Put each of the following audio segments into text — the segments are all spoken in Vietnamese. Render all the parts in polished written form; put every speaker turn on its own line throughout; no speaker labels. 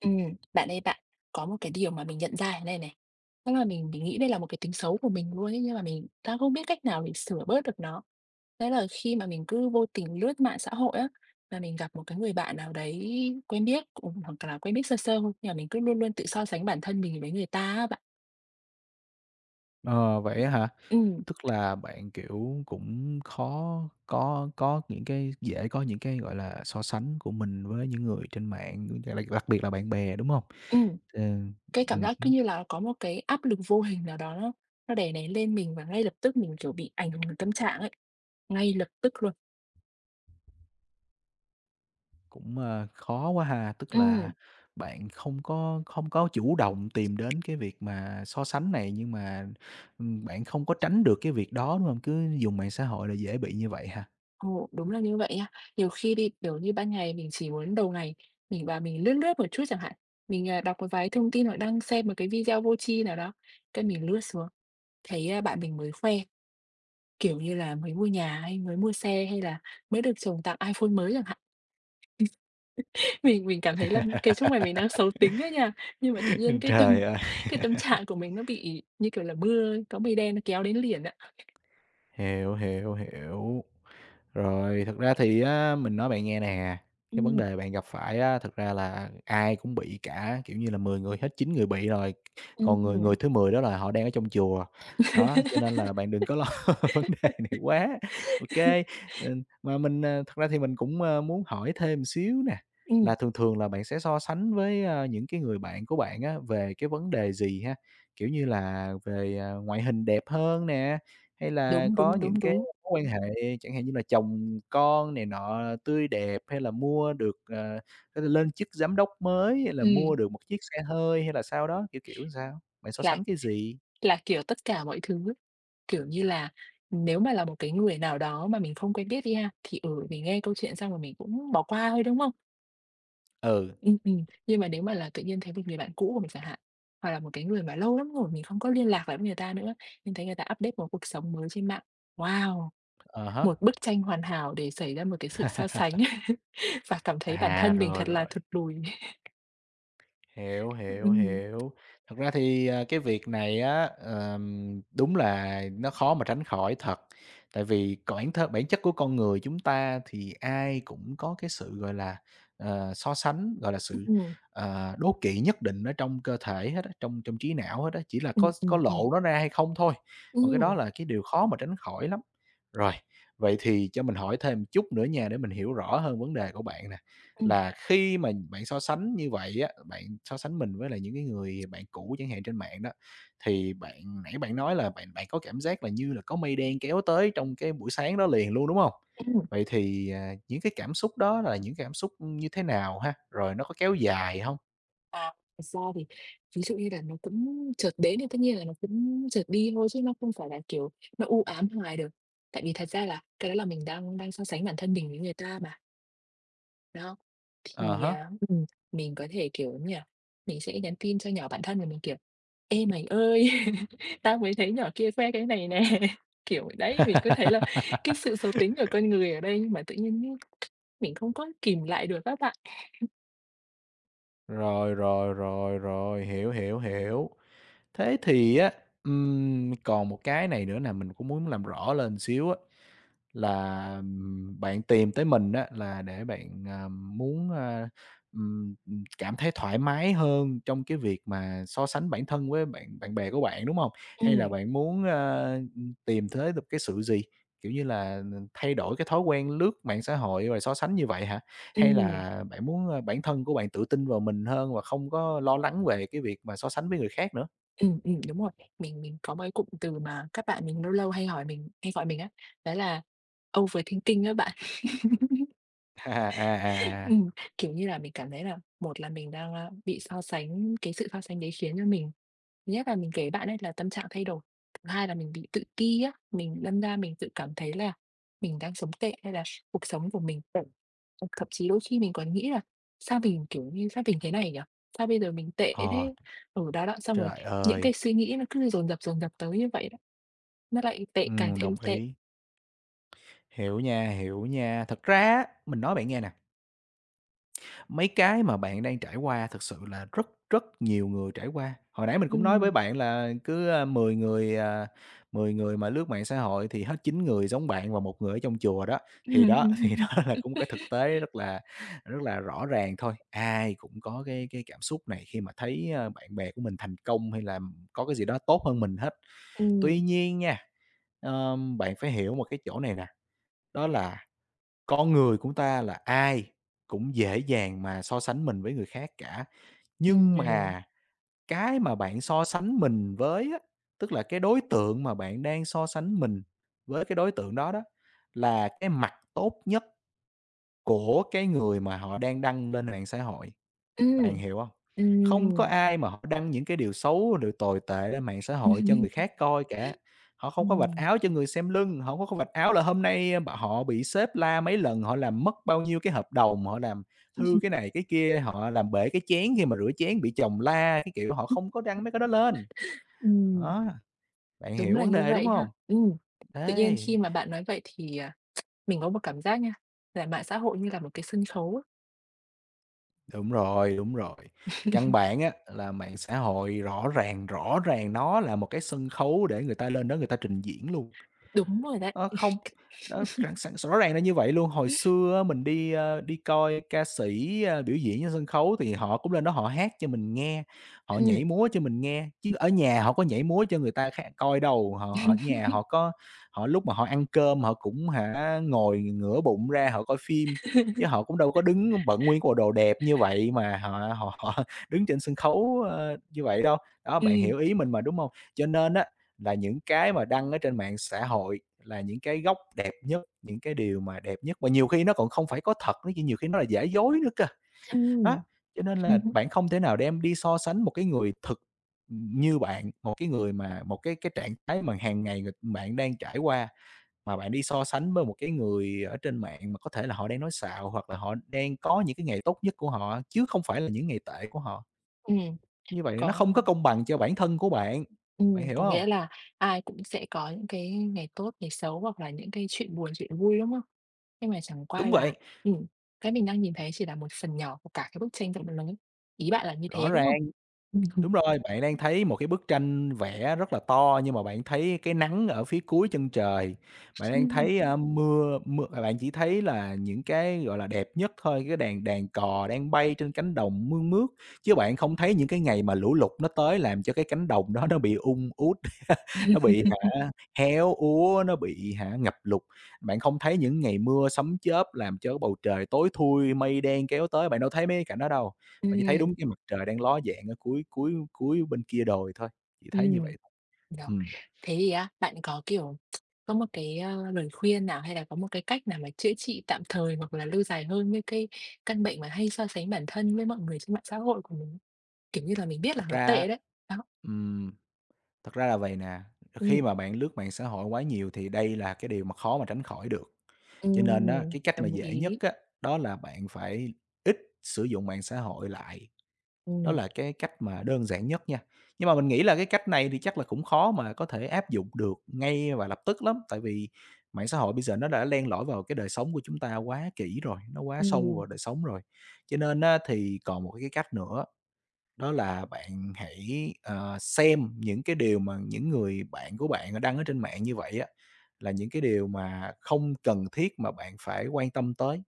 Ừm, Bạn ơi bạn, có một cái điều mà mình nhận ra thế này này, tức là mình nghĩ đây là một cái tính xấu của mình luôn ấy, nhưng mà mình đang không biết cách nào để sửa bớt được nó. Đấy là khi mà mình cứ vô tình lướt mạng xã hội á, và mình gặp một cái người bạn nào đấy quen biết, cũng hoặc là quen biết sơ sơ thôi, nhưng mà mình cứ luôn luôn tự so sánh bản thân mình với người ta á bạn.
Ờ, vậy á hả?
Ừm,
Tức là bạn, kiểu, cũng khó có những cái dễ có những cái, gọi là, so sánh của mình với những người trên mạng, đặc đặc biệt là bạn bè, đúng không?
ừm,
Ờ,
cái cảm
ừm
giác cứ như là có một cái áp lực vô hình nào đó nó đè nén lên mình và ngay lập tức mình, kiểu, bị ảnh hưởng tâm trạng ấy, ngay lập tức luôn.
cũng, ờ, khó quá ha, tức là
Ừm.
bạn không có chủ động tìm đến cái việc mà so sánh này, nhưng mà, bạn không có tránh được cái việc đó, đúng không? Cứ dùng mạng xã hội là dễ bị như vậy ha.
Ồ, đúng là như vậy nha. Nhiều khi đi, kiểu như, ban ngày mình chỉ muốn đầu ngày mình và mình lướt lướt một chút chẳng hạn, mình, à, đọc một vài thông tin hoặc đang xem một cái video vô tri nào đó, cái mình lướt xuống, thấy, a, bạn mình mới khoe, kiểu như là, mới mua nhà hay mới mua xe hay là mới được chồng tặng iPhone mới chẳng hạn. Mình cảm thấy là cái lúc này mình đang xấu tính ấy nha, nhưng mà tự nhiên cái tâm
Trời ơi!
cái tâm trạng của mình nó bị, như kiểu là, mưa có mây đen nó kéo đến liền á.
Hiểu, hiểu, hiểu. Rồi, thật ra thì á, mình nói bạn nghe nè,
Ừ.
cái vấn đề bạn gặp phải á, thật ra là ai cũng bị cả, kiểu như là, 10 người hết 9 người bị rồi, còn người người
Ừ.
thứ 10 đó là họ đang ở trong chùa. Đó, cho nên là bạn đừng có lo vấn đề này quá, ok. kê. Ờ, mà mình, ờ, thật ra thì mình cũng, ơ, muốn hỏi thêm một xíu nè,
Ừ.
là thường thường là bạn sẽ so sánh với, ơ, những cái người bạn của bạn á, về cái vấn đề gì ha? Kiểu như là về, à, ngoại hình đẹp hơn nè, hay là
Đúng,
có
đúng,
những
đúng,
cái
đúng.
mối quan hệ, chẳng hạn như là chồng con này nọ tươi đẹp, hay là mua được, ờ, có thể lên chức giám đốc mới, hay là
Ừm.
mua được một chiếc xe hơi hay là sao đó, kiểu, kiểu sao? Bạn so
Là
sánh cái gì?
là, kiểu, tất cả mọi thứ, kiểu như là, nếu mà là một cái người nào đó mà mình không quen biết đi ha, thì, ừ, mình nghe câu chuyện xong rồi mình cũng bỏ qua thôi, đúng không?
Ừ,
Nhưng mà nếu mà là tự nhiên thấy một người bạn cũ của mình chẳng hạn, hoặc là một cái người mà lâu lắm rồi mình không có liên lạc lại với người ta nữa, nhưng thấy người ta update một cuộc sống mới trên mạng. Wow!
ờ hả.
Một bức tranh hoàn hảo để xảy ra một cái sự so sánh và cảm thấy bản
À,
thân mình
rồi,
thật là
rồi.
thụt lùi.
Hiểu, hiểu,
Ừm,
hiểu. Thật ra thì, à, cái việc này á, đúng là nó khó mà tránh khỏi thật. Tại vì bản thân bản chất của con người chúng ta thì ai cũng có cái sự, gọi là, ờ, so sánh, gọi là, sự,
ừm,
ờ, đố kỵ nhất định ở trong cơ thể hết á, trong trong trí não hết á, chỉ là có
ừm.
lộ nó ra hay không thôi. Còn cái đó
Ừm,
là cái điều khó mà tránh khỏi lắm. Rồi, vậy thì cho mình hỏi thêm chút nữa nha để mình hiểu rõ hơn vấn đề của bạn nè.
ừm,
Là khi mà bạn so sánh như vậy á, bạn so sánh mình với lại những cái người bạn cũ chẳng hạn trên mạng đó, thì bạn nãy bạn nói là bạn bạn có cảm giác là như là có mây đen kéo tới trong cái buổi sáng đó liền luôn, đúng không?
ừm.
Vậy thì, à, những cái cảm xúc đó là những cảm xúc như thế nào ha? Rồi nó có kéo dài không?
Ờ, thật ra thì ví dụ như là nó cũng chợt đến thì tất nhiên là nó cũng chợt đi thôi chứ nó không phải là, kiểu, nó u ám hoài được. Tại vì thật ra là cái đó là mình đang đang so sánh bản thân mình với người ta mà, đó.
À
Thì,
hả?
à, mình có thể, kiểu như là, mình sẽ nhắn tin cho nhỏ bản thân của mình, kiểu: "Ê, mày ơi, tao mới thấy nhỏ kia khoe cái này nè." Kiểu đấy, mình cứ thấy là cái sự xấu tính của con người ở đây nhưng mà tự nhiên mình không có kìm lại được các bạn.
Rồi, rồi, rồi, rồi, hiểu, hiểu, hiểu. Thế thì á, còn một cái này nữa là mình cũng muốn làm rõ lên xíu á, là, bạn tìm tới mình á là để bạn, à, muốn, a, ừm, cảm thấy thoải mái hơn trong cái việc mà so sánh bản thân với bạn bạn bè của bạn, đúng không?
Ừ.
Hay là bạn muốn, a, tìm thấy được cái sự gì? Kiểu như là, ừ, thay đổi cái thói quen lướt mạng xã hội rồi so sánh như vậy hả? Hay
Ừ.
là bạn muốn, a, bản thân của bạn tự tin vào mình hơn và không có lo lắng về cái việc mà so sánh với người khác nữa?
Ừ. Đúng rồi. Mình có một cái cụm từ mà các bạn mình lâu lâu hay hỏi mình hay gọi mình á, đó là overthinking á bạn.
À, à, à, à.
Ừm, Kiểu như là, mình cảm thấy là một là mình đang, a, bị so sánh cái sự so sánh đấy khiến cho mình thứ nhất là mình kể bạn ấy là tâm trạng thay đổi, thứ hai là mình bị tự ti á, mình đâm ra mình tự cảm thấy là mình đang sống tệ hay là cuộc sống của mình tệ. Thậm chí đôi khi mình còn nghĩ là "Sao mình, kiểu như, sao mình thế này nhỉ? Sao bây giờ mình tệ
Ờ,
thế?" Ở đó đó, xong rồi
trời
những
ơi!
cái suy nghĩ nó cứ dồn dập tới như vậy đó, nó lại tệ càng thêm
Đồng
tệ.
ý. Hiểu nha, hiểu nha. Thật ra á, mình nói bạn nghe nè, mấy cái mà bạn đang trải qua thực sự là rất rất nhiều người trải qua. Hồi nãy mình cũng nói với
Ừm.
bạn là cứ, a, 10 người, à, 10 người mà lướt mạng xã hội thì hết 9 người giống bạn và một người ở trong chùa đó. Thì đó, thì đó là cũng cái thực tế rất là rõ ràng thôi. Ai cũng có cái cảm xúc này khi mà thấy, a, bạn bè của mình thành công hay là có cái gì đó tốt hơn mình hết.
Ừm. Ừm.
Tuy nhiên nha, bạn phải hiểu một cái chỗ này nè, đó là con người của ta là ai cũng dễ dàng mà so sánh mình với người khác cả, nhưng
Ừm.
mà cái mà bạn so sánh mình với á, tức là cái đối tượng mà bạn đang so sánh mình với cái đối tượng đó đó, là cái mặt tốt nhất của cái người mà họ đang đăng lên mạng xã hội. Bạn
Ừm.
hiểu hông? Không có
Ừm.
ai mà họ đăng những cái điều xấu, điều tồi tệ lên mạng xã hội cho người khác coi cả. Họ không có vạch
Ừm,
áo cho người xem lưng, họ không có vạch áo là hôm nay b họ bị sếp la mấy lần, họ làm mất bao nhiêu cái hợp đồng, họ làm hư cái này cái kia, họ làm bể cái chén khi mà rửa chén bị chồng la, cái kiểu, họ không có đăng mấy cái đó lên.
ừm,
Đó, bạn
đúng
hiểu
là
vấn
như
đề, đúng
vậy ha.
hông?
Tự nhiên
Đấy,
khi mà bạn nói vậy thì, à, mình có một cảm giác nha, là mạng xã hội như là một cái sân khấu á.
đúng rồi, đúng rồi. Căn bản á là mạng xã hội rõ ràng nó là một cái sân khấu để người ta lên đó người ta trình diễn luôn.
Đúng rồi đấy.
Ơ, không, nó rẳng sẵn rõ ràng là như vậy luôn. Hồi xưa á mình đi, ơ, đi coi ca sĩ, a, biểu diễn trên sân khấu thì họ cũng lên đó họ hát cho mình nghe, họ nhảy
Ừm.
múa cho mình nghe, chứ ở nhà họ có nhảy múa cho người ta khác coi đâu. Họ ở nhà họ có họ lúc mà họ ăn cơm họ cũng hả, ngồi ngửa bụng ra họ coi phim, chứ họ cũng đâu có đứng bận nguyên cái bộ đồ đẹp như vậy mà họ họ họ đứng trên sân khấu, ơ, như vậy đâu. Đó, bạn
Ừm,
hiểu ý mình mà, đúng hông? Cho nên á là những cái mà đăng ở trên mạng xã hội là những cái góc đẹp nhất, những cái điều mà đẹp nhất và nhiều khi nó còn không phải có thật nữa, nhiều khi nó là giả dối nữa cơ. Đó,
ừm.
cho nên là bạn không thể nào đem đi so sánh một cái người thực như bạn, một cái người mà một cái trạng thái mà hàng ngày người bạn đang trải qua, mà bạn đi so sánh với một cái người ở trên mạng mà có thể là họ đang nói xạo hoặc là họ đang có những cái ngày tốt nhất của họ, chứ không phải là những ngày tệ của họ.
Ừm,
Như vậy nó
có
không có công bằng cho bản thân của bạn, bạn
ừm,
hiểu
có
không?
nghĩa là ai cũng sẽ có những cái ngày tốt, ngày xấu hoặc là những cái chuyện buồn, chuyện vui, đúng không? Nhưng mà chẳng qua
Đúng
là,
vậy,
ừm, cái mình đang nhìn thấy chỉ là một phần nhỏ của cả cái bức tranh rộng lớn. Ý bạn là như
rõ
thế, đúng không?
ràng. Đúng rồi, bạn đang thấy một cái bức tranh vẽ rất là to nhưng mà bạn thấy cái nắng ở phía cuối chân trời, bạn
Ừ.
đang thấy, ừm, mưa mưa à, bạn chỉ thấy là những cái, gọi là, đẹp nhất thôi, cái đàn đàn cò đang bay trên cánh đồng mương mướt, chứ bạn không thấy những cái ngày mà lũ lụt nó tới làm cho cái cánh đồng đó nó bị ung út nó bị hả, héo úa, nó bị hả, ngập lụt. Bạn không thấy những ngày mưa sấm chớp làm cho bầu trời tối thui, mây đen kéo tới, bạn đâu thấy mấy cái cảnh đó đâu. Bạn chỉ thấy
Ừm,
đúng cái mặt trời đang ló dạng ở cuối cuối cuối bên kia đồi thôi, chỉ thấy
ừm,
như vậy thôi.
Rồi.
Ừm,
Thế thì á, bạn có, kiểu, có một cái, ơ, lời khuyên nào hay là có một cái cách nào mà chữa trị tạm thời hoặc là lâu dài hơn với cái căn bệnh mà hay so sánh bản thân với mọi người trên mạng xã hội của mình? Kiểu như là, mình biết là
thật
nó
ra á,
tệ đấy. Đó,
ừm, thật ra là vậy nè, khi
ừm.
mà bạn lướt mạng xã hội quá nhiều thì đây là cái điều mà khó mà tránh khỏi được. Cho nên á, cái cách mà
Đồng
dễ nhất
ý.
á, đó là bạn phải ít sử dụng mạng xã hội lại. Đó
Ừm,
là cái cách mà đơn giản nhất nha. Nhưng mà mình nghĩ là cái cách này thì chắc là cũng khó mà có thể áp dụng được ngay và lập tức lắm, tại vì mạng xã hội bây giờ nó đã len lỏi vào cái đời sống của chúng ta quá kỹ rồi, nó quá sâu
ừm,
vào đời sống rồi. Cho nên á, thì còn một cái cách nữa, đó là bạn hãy, ờ, xem những cái điều mà những người bạn của bạn đăng ở trên mạng như vậy á, là những cái điều mà không cần thiết mà bạn phải quan tâm tới.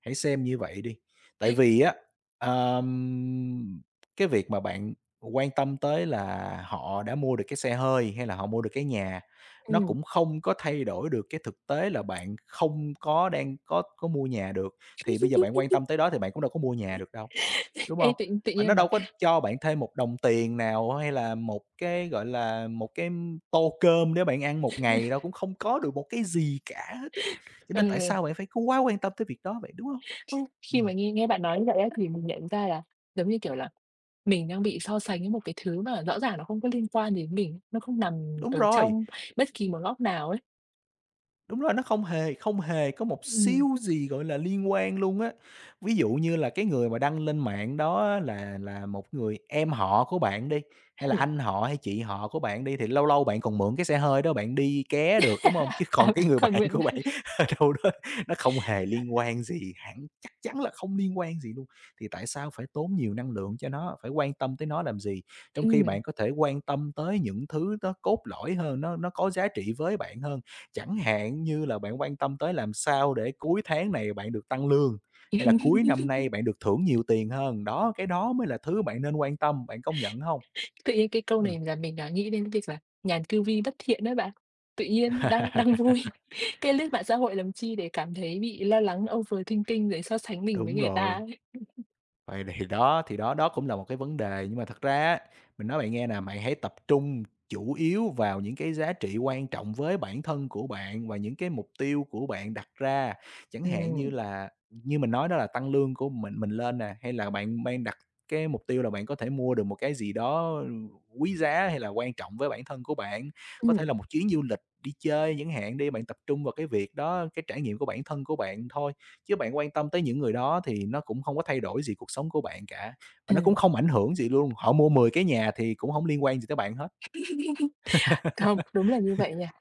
Hãy xem như vậy đi. Tại vì á, ờm, cái việc mà bạn quan tâm tới là họ đã mua được cái xe hơi hay là họ mua được cái nhà, nó
ừm.
cũng không có thay đổi được cái thực tế là bạn không có đang có mua nhà được. Thì bây giờ bạn quan tâm tới đó thì bạn cũng đâu có mua nhà được đâu, đúng
Ê,
không?
tự tự
Và
nhiên
nó
mà,
đâu có cho bạn thêm một đồng tiền nào hay là một cái, gọi là, một cái tô cơm để bạn ăn một ngày đâu, cũng không có được một cái gì cả hết á. Cho nên tại
ừ,
sao bạn phải quá quan tâm tới việc đó vậy, đúng không?
khi mà
Ừm,
nghe nghe bạn nói như vậy á, thì mình nhận ra là, giống như kiểu là mình đang bị so sánh với một cái thứ mà rõ ràng nó không có liên quan đến mình, nó không nằm
đúng
ở
rồi.
trong bất kỳ một góc nào ấy.
Đúng rồi, nó không hề có một
Ừm, ừm.
xíu gì, gọi là, liên quan luôn á. Ví dụ như là cái người mà đăng lên mạng đó á là một người em họ của bạn đi, hay là anh họ hay chị họ của bạn đi, thì lâu lâu bạn còn mượn cái xe hơi đó bạn đi ké được, đúng không? Chứ
À,
còn
vẫn
cái người
còn
bạn
Nguyễn
của bạn ở đâu đó nó không hề liên quan gì, hẳn chắc chắn là không liên quan gì luôn, thì tại sao phải tốn nhiều năng lượng cho nó, phải quan tâm tới nó làm gì? Trong khi
ừm.
bạn có thể quan tâm tới những thứ nó cốt lõi hơn, nó có giá trị với bạn hơn. Chẳng hạn như là bạn quan tâm tới làm sao để cuối tháng này bạn được tăng lương, hay là cuối năm nay bạn được thưởng nhiều tiền hơn. Đó, cái đó mới là thứ bạn nên quan tâm, bạn công nhận không?
Tự nhiên cái câu
Ừm.
này là mình, đã nghĩ đến cái việc là "Nhàn cư vi bất thiện" đấy bạn. Tự nhiên đang đang vui, cái lướt mạng xã hội làm chi để cảm thấy bị lo lắng overthinking rồi so sánh mình với
Đúng
người ta
rồi.
ấy.
Vậy thì đó đó cũng là một cái vấn đề, nhưng mà thật ra á, mình nói bạn nghe nè, bạn hãy tập trung chủ yếu vào những cái giá trị quan trọng với bản thân của bạn và những cái mục tiêu của bạn đặt ra. Chẳng hạn
Ừm,
như là như mình nói đó là tăng lương của mình lên nè, hay là bạn đang đặt cái mục tiêu là bạn có thể mua được một cái gì đó, quý giá hay là quan trọng với bản thân của bạn. Có thể
ừm,
là một chuyến du lịch, đi chơi chẳng hạn đi, bạn tập trung vào cái việc đó, cái trải nghiệm của bản thân của bạn thôi. Chứ bạn quan tâm tới những người đó thì nó cũng không có thay đổi gì cuộc sống của bạn cả, và nó cũng
ừm.
không ảnh hưởng gì luôn, họ mua 10 cái nhà thì cũng không liên quan gì tới bạn hết.
Không, đúng là như vậy nha.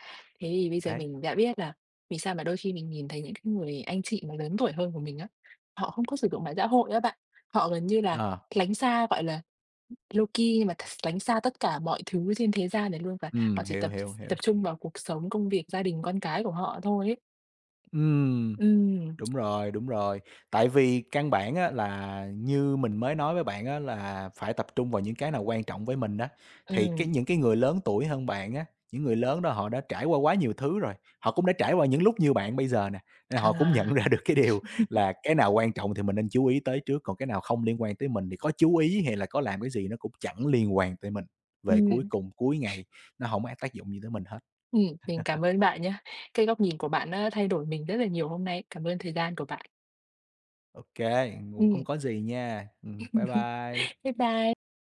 Thế thì bây giờ
Đấy,
mình đã biết là vì sao mà đôi khi mình nhìn thấy những cái người anh chị mà lớn tuổi hơn của mình á, họ không có sử dụng mạng xã hội á bạn. Họ gần như là
ờ,
lánh xa, gọi là, low key nhưng mà lánh xa tất cả mọi thứ trên thế gian này luôn và họ chỉ
hiểu,
tập
hiểu, hiểu.
tập trung vào cuộc sống, công việc, gia đình, con cái của họ thôi ấy.
Ừm.
Ừm,
Đúng rồi, đúng rồi. Tại vì căn bản á là như mình mới nói với bạn á là phải tập trung vào những cái nào quan trọng với mình đó. Thì cái
ừm,
những cái người lớn tuổi hơn bạn á, những người lớn đó họ đã trải qua quá nhiều thứ rồi, họ cũng đã trải qua những lúc như bạn bây giờ nè, nên họ cũng
à,
nhận ra được cái điều là cái nào quan trọng thì mình nên chú ý tới trước, còn cái nào không liên quan tới mình thì có chú ý hay là có làm cái gì nó cũng chẳng liên quan tới mình. Về cuối
ừm,
cùng, cuối ngày nó không có tác dụng gì tới mình hết.
mình cảm ơn bạn nhé. Cái góc nhìn của bạn đã thay đổi mình rất là nhiều hôm nay. Cảm ơn thời gian của bạn.
Ok, cũng không
Ừm,
có gì nha. Bye bye.
Bye bye.